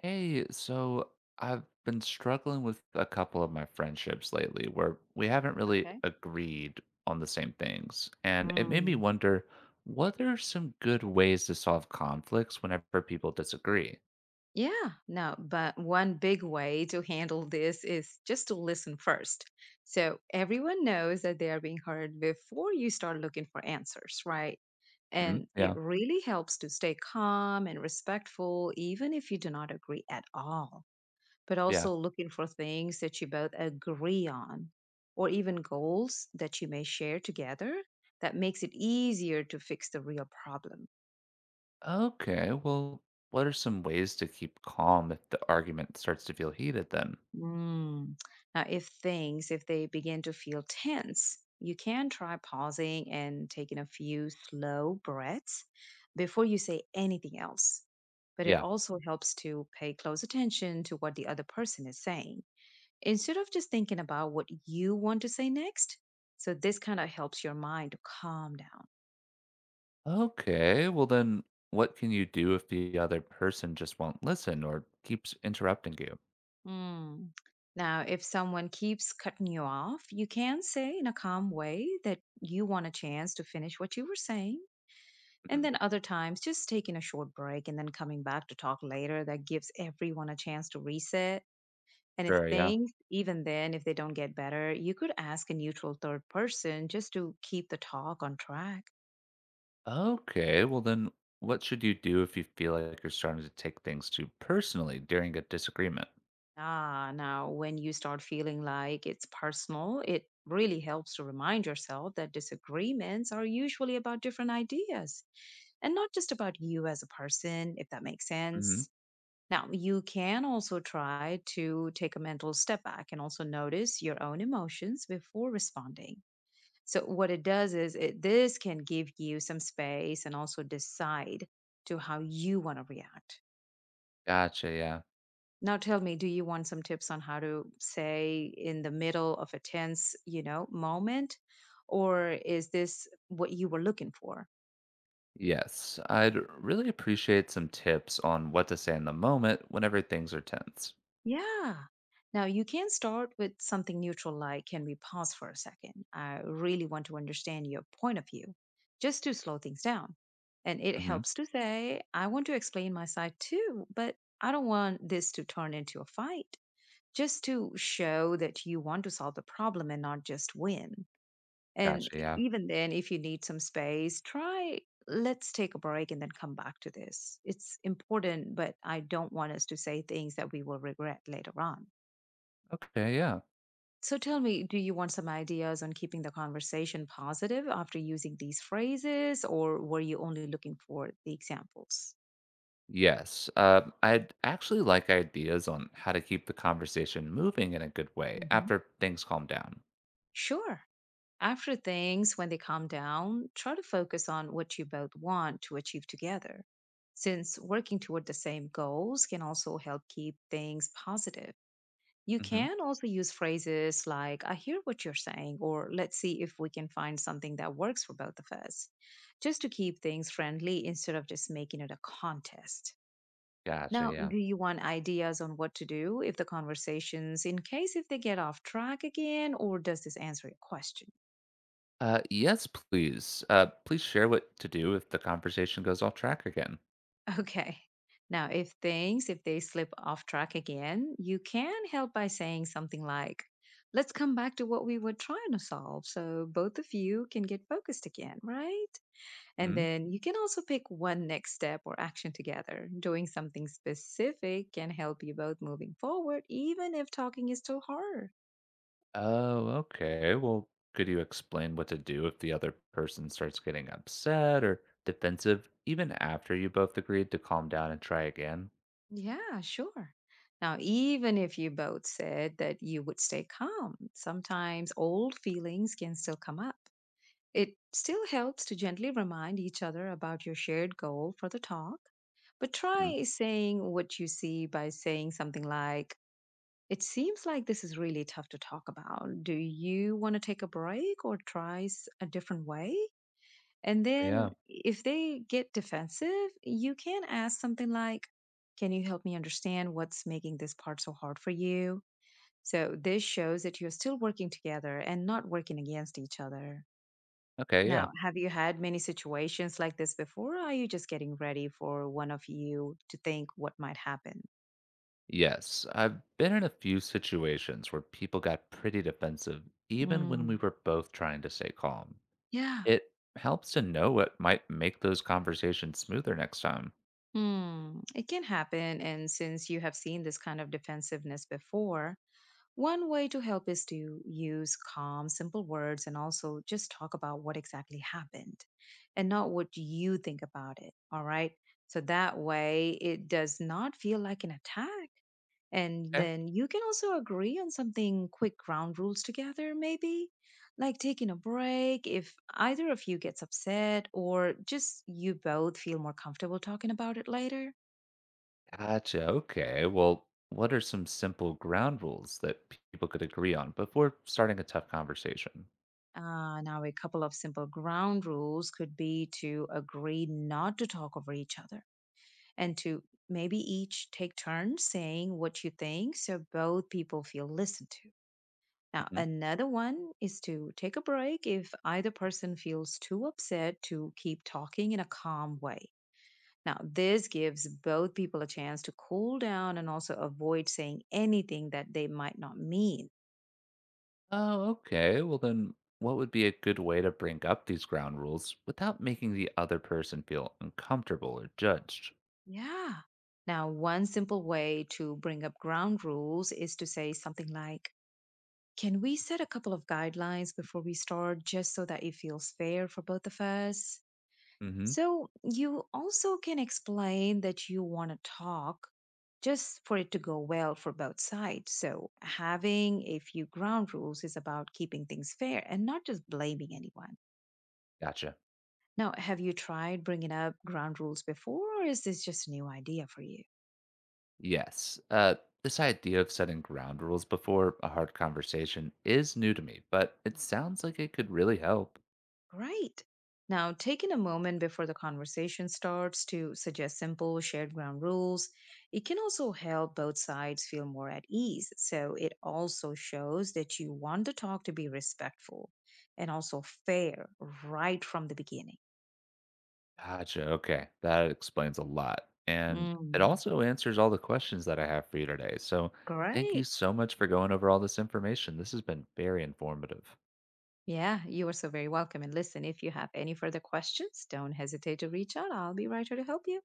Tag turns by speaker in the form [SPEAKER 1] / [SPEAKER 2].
[SPEAKER 1] Hey, so I've been struggling with a couple of my friendships lately where we haven't really
[SPEAKER 2] Okay.
[SPEAKER 1] agreed on the same things. And it made me
[SPEAKER 2] Mm,
[SPEAKER 1] wonder, what are some good ways to solve conflicts whenever people disagree?
[SPEAKER 2] Yeah, no, but one big way to handle this is just to listen first. So everyone knows that they are being heard before you start looking for answers, right?
[SPEAKER 1] Hmm?
[SPEAKER 2] And it
[SPEAKER 1] Yeah,
[SPEAKER 2] really helps to stay calm and respectful, even if you do not agree at all, but
[SPEAKER 1] yeah.
[SPEAKER 2] also looking for things that you both agree on, or even goals that you may share together. That makes it easier to fix the real problem.
[SPEAKER 1] Okay, well, what are some ways to keep calm if the argument starts to feel heated then?
[SPEAKER 2] Mm. Now, if they begin to feel tense, you can try pausing and taking a few slow breaths before you say anything else. But it
[SPEAKER 1] Yeah.
[SPEAKER 2] also helps to pay close attention to what the other person is saying instead of just thinking about what you want to say next. So, this kind of helps your mind to calm down.
[SPEAKER 1] Okay, well, then what can you do if the other person just won't listen or keeps interrupting you?
[SPEAKER 2] Mm. Now, if someone keeps cutting you off, you can say in a calm way that you want a chance to finish what you were saying. And
[SPEAKER 1] Mhm.
[SPEAKER 2] then other times, just taking a short break and then coming back to talk later, that gives everyone a chance to reset. And if
[SPEAKER 1] Sure, yeah.
[SPEAKER 2] things, even then, if they don't get better, you could ask a neutral third person just to keep the talk on track.
[SPEAKER 1] Okay, well then, what should you do if you feel like you're starting to take things too personally during a disagreement?
[SPEAKER 2] Ah, now when you start feeling like it's personal, it really helps to remind yourself that disagreements are usually about different ideas and not just about you as a person, if that makes
[SPEAKER 1] Hmm.
[SPEAKER 2] sense. Now, you can also try to take a mental step back and also notice your own emotions before responding. So, what it does is it, this can give you some space and also decide to how you want to react.
[SPEAKER 1] Gotcha, yeah.
[SPEAKER 2] Now, tell me, do you want some tips on how to say in the middle of a tense, moment, or is this what you were looking for?
[SPEAKER 1] Yes, I'd really appreciate some tips on what to say in the moment whenever things are tense.
[SPEAKER 2] Yeah. Now you can start with something neutral like, can we pause for a second? I really want to understand your point of view, just to slow things down. And it
[SPEAKER 1] Hmm.
[SPEAKER 2] helps to say, I want to explain my side too, but I don't want this to turn into a fight, just to show that you want to solve the problem and not just win. And
[SPEAKER 1] Gotcha, yeah.
[SPEAKER 2] even then, if you need some space, try, let's take a break and then come back to this. It's important, but I don't want us to say things that we will regret later on.
[SPEAKER 1] Okay, yeah.
[SPEAKER 2] So tell me, do you want some ideas on keeping the conversation positive after using these phrases, or were you only looking for the examples?
[SPEAKER 1] Yes, I'd actually like ideas on how to keep the conversation moving in a good way
[SPEAKER 2] hmm
[SPEAKER 1] after things calm down.
[SPEAKER 2] Sure. After things, when they calm down, try to focus on what you both want to achieve together, since working toward the same goals can also help keep things positive. You
[SPEAKER 1] Hmm.
[SPEAKER 2] can also use phrases like, I hear what you're saying, or let's see if we can find something that works for both of us, just to keep things friendly instead of just making it a contest.
[SPEAKER 1] Gotcha,
[SPEAKER 2] Now,
[SPEAKER 1] yeah.
[SPEAKER 2] do you want ideas on what to do if the conversations, in case if they get off track again, or does this answer your question?
[SPEAKER 1] Yes, please. Please share what to do if the conversation goes off track again.
[SPEAKER 2] Okay. Now, if they slip off track again, you can help by saying something like, let's come back to what we were trying to solve so both of you can get focused again, right? And
[SPEAKER 1] Hmm?
[SPEAKER 2] then you can also pick one next step or action together. Doing something specific can help you both moving forward, even if talking is too hard.
[SPEAKER 1] Oh, okay. Well, could you explain what to do if the other person starts getting upset or defensive, even after you both agreed to calm down and try again?
[SPEAKER 2] Yeah, sure. Now, even if you both said that you would stay calm, sometimes old feelings can still come up. It still helps to gently remind each other about your shared goal for the talk, but
[SPEAKER 1] Hmm.
[SPEAKER 2] try saying what you see by saying something like, it seems like this is really tough to talk about. Do you want to take a break or try a different way? And then
[SPEAKER 1] Yeah.
[SPEAKER 2] if they get defensive, you can ask something like, can you help me understand what's making this part so hard for you? So this shows that you're still working together and not working against each other.
[SPEAKER 1] Okay. Yeah.
[SPEAKER 2] Now, have you had many situations like this before, or are you just getting ready for one of you to think what might happen?
[SPEAKER 1] Yes. I've been in a few situations where people got pretty defensive, even when we
[SPEAKER 2] Mm.
[SPEAKER 1] were both trying to stay calm.
[SPEAKER 2] Yeah.
[SPEAKER 1] It helps to know what might make those conversations smoother next time.
[SPEAKER 2] Mm. It can happen. And since you have seen this kind of defensiveness before, one way to help is to use calm, simple words and also just talk about what exactly happened and not what you think about it. All right. So that way it does not feel like an attack. And then you can also agree on something quick ground rules together, maybe like taking a break if either of you gets upset or just you both feel more comfortable talking about it later.
[SPEAKER 1] Gotcha. Okay. Well, what are some simple ground rules that people could agree on before starting a tough conversation?
[SPEAKER 2] Now, a couple of simple ground rules could be to agree not to talk over each other and to maybe each take turns saying what you think so both people feel listened to. Now,
[SPEAKER 1] Hmm.
[SPEAKER 2] another one is to take a break if either person feels too upset to keep talking in a calm way. Now, this gives both people a chance to cool down and also avoid saying anything that they might not mean.
[SPEAKER 1] Oh, okay. Well, then what would be a good way to bring up these ground rules without making the other person feel uncomfortable or judged?
[SPEAKER 2] Yeah. Now, one simple way to bring up ground rules is to say something like, can we set a couple of guidelines before we start just so that it feels fair for both of us?
[SPEAKER 1] Hmm.
[SPEAKER 2] So you also can explain that you want to talk just for it to go well for both sides. So having a few ground rules is about keeping things fair and not just blaming anyone.
[SPEAKER 1] Gotcha.
[SPEAKER 2] Now, have you tried bringing up ground rules before, or is this just a new idea for you?
[SPEAKER 1] Yes. This idea of setting ground rules before a hard conversation is new to me, but it sounds like it could really help.
[SPEAKER 2] Right. Now, taking a moment before the conversation starts to suggest simple shared ground rules, it can also help both sides feel more at ease. So, it also shows that you want the talk to be respectful and also fair right from the beginning.
[SPEAKER 1] Gotcha, okay. That explains a lot, and it
[SPEAKER 2] Mm,
[SPEAKER 1] also answers all the questions that I have for you today, so thank you
[SPEAKER 2] Great.
[SPEAKER 1] so much for going over all this information. This has been very informative.
[SPEAKER 2] Yeah, you are so very welcome. And listen, if you have any further questions, don't hesitate to reach out. I'll be right here to help you.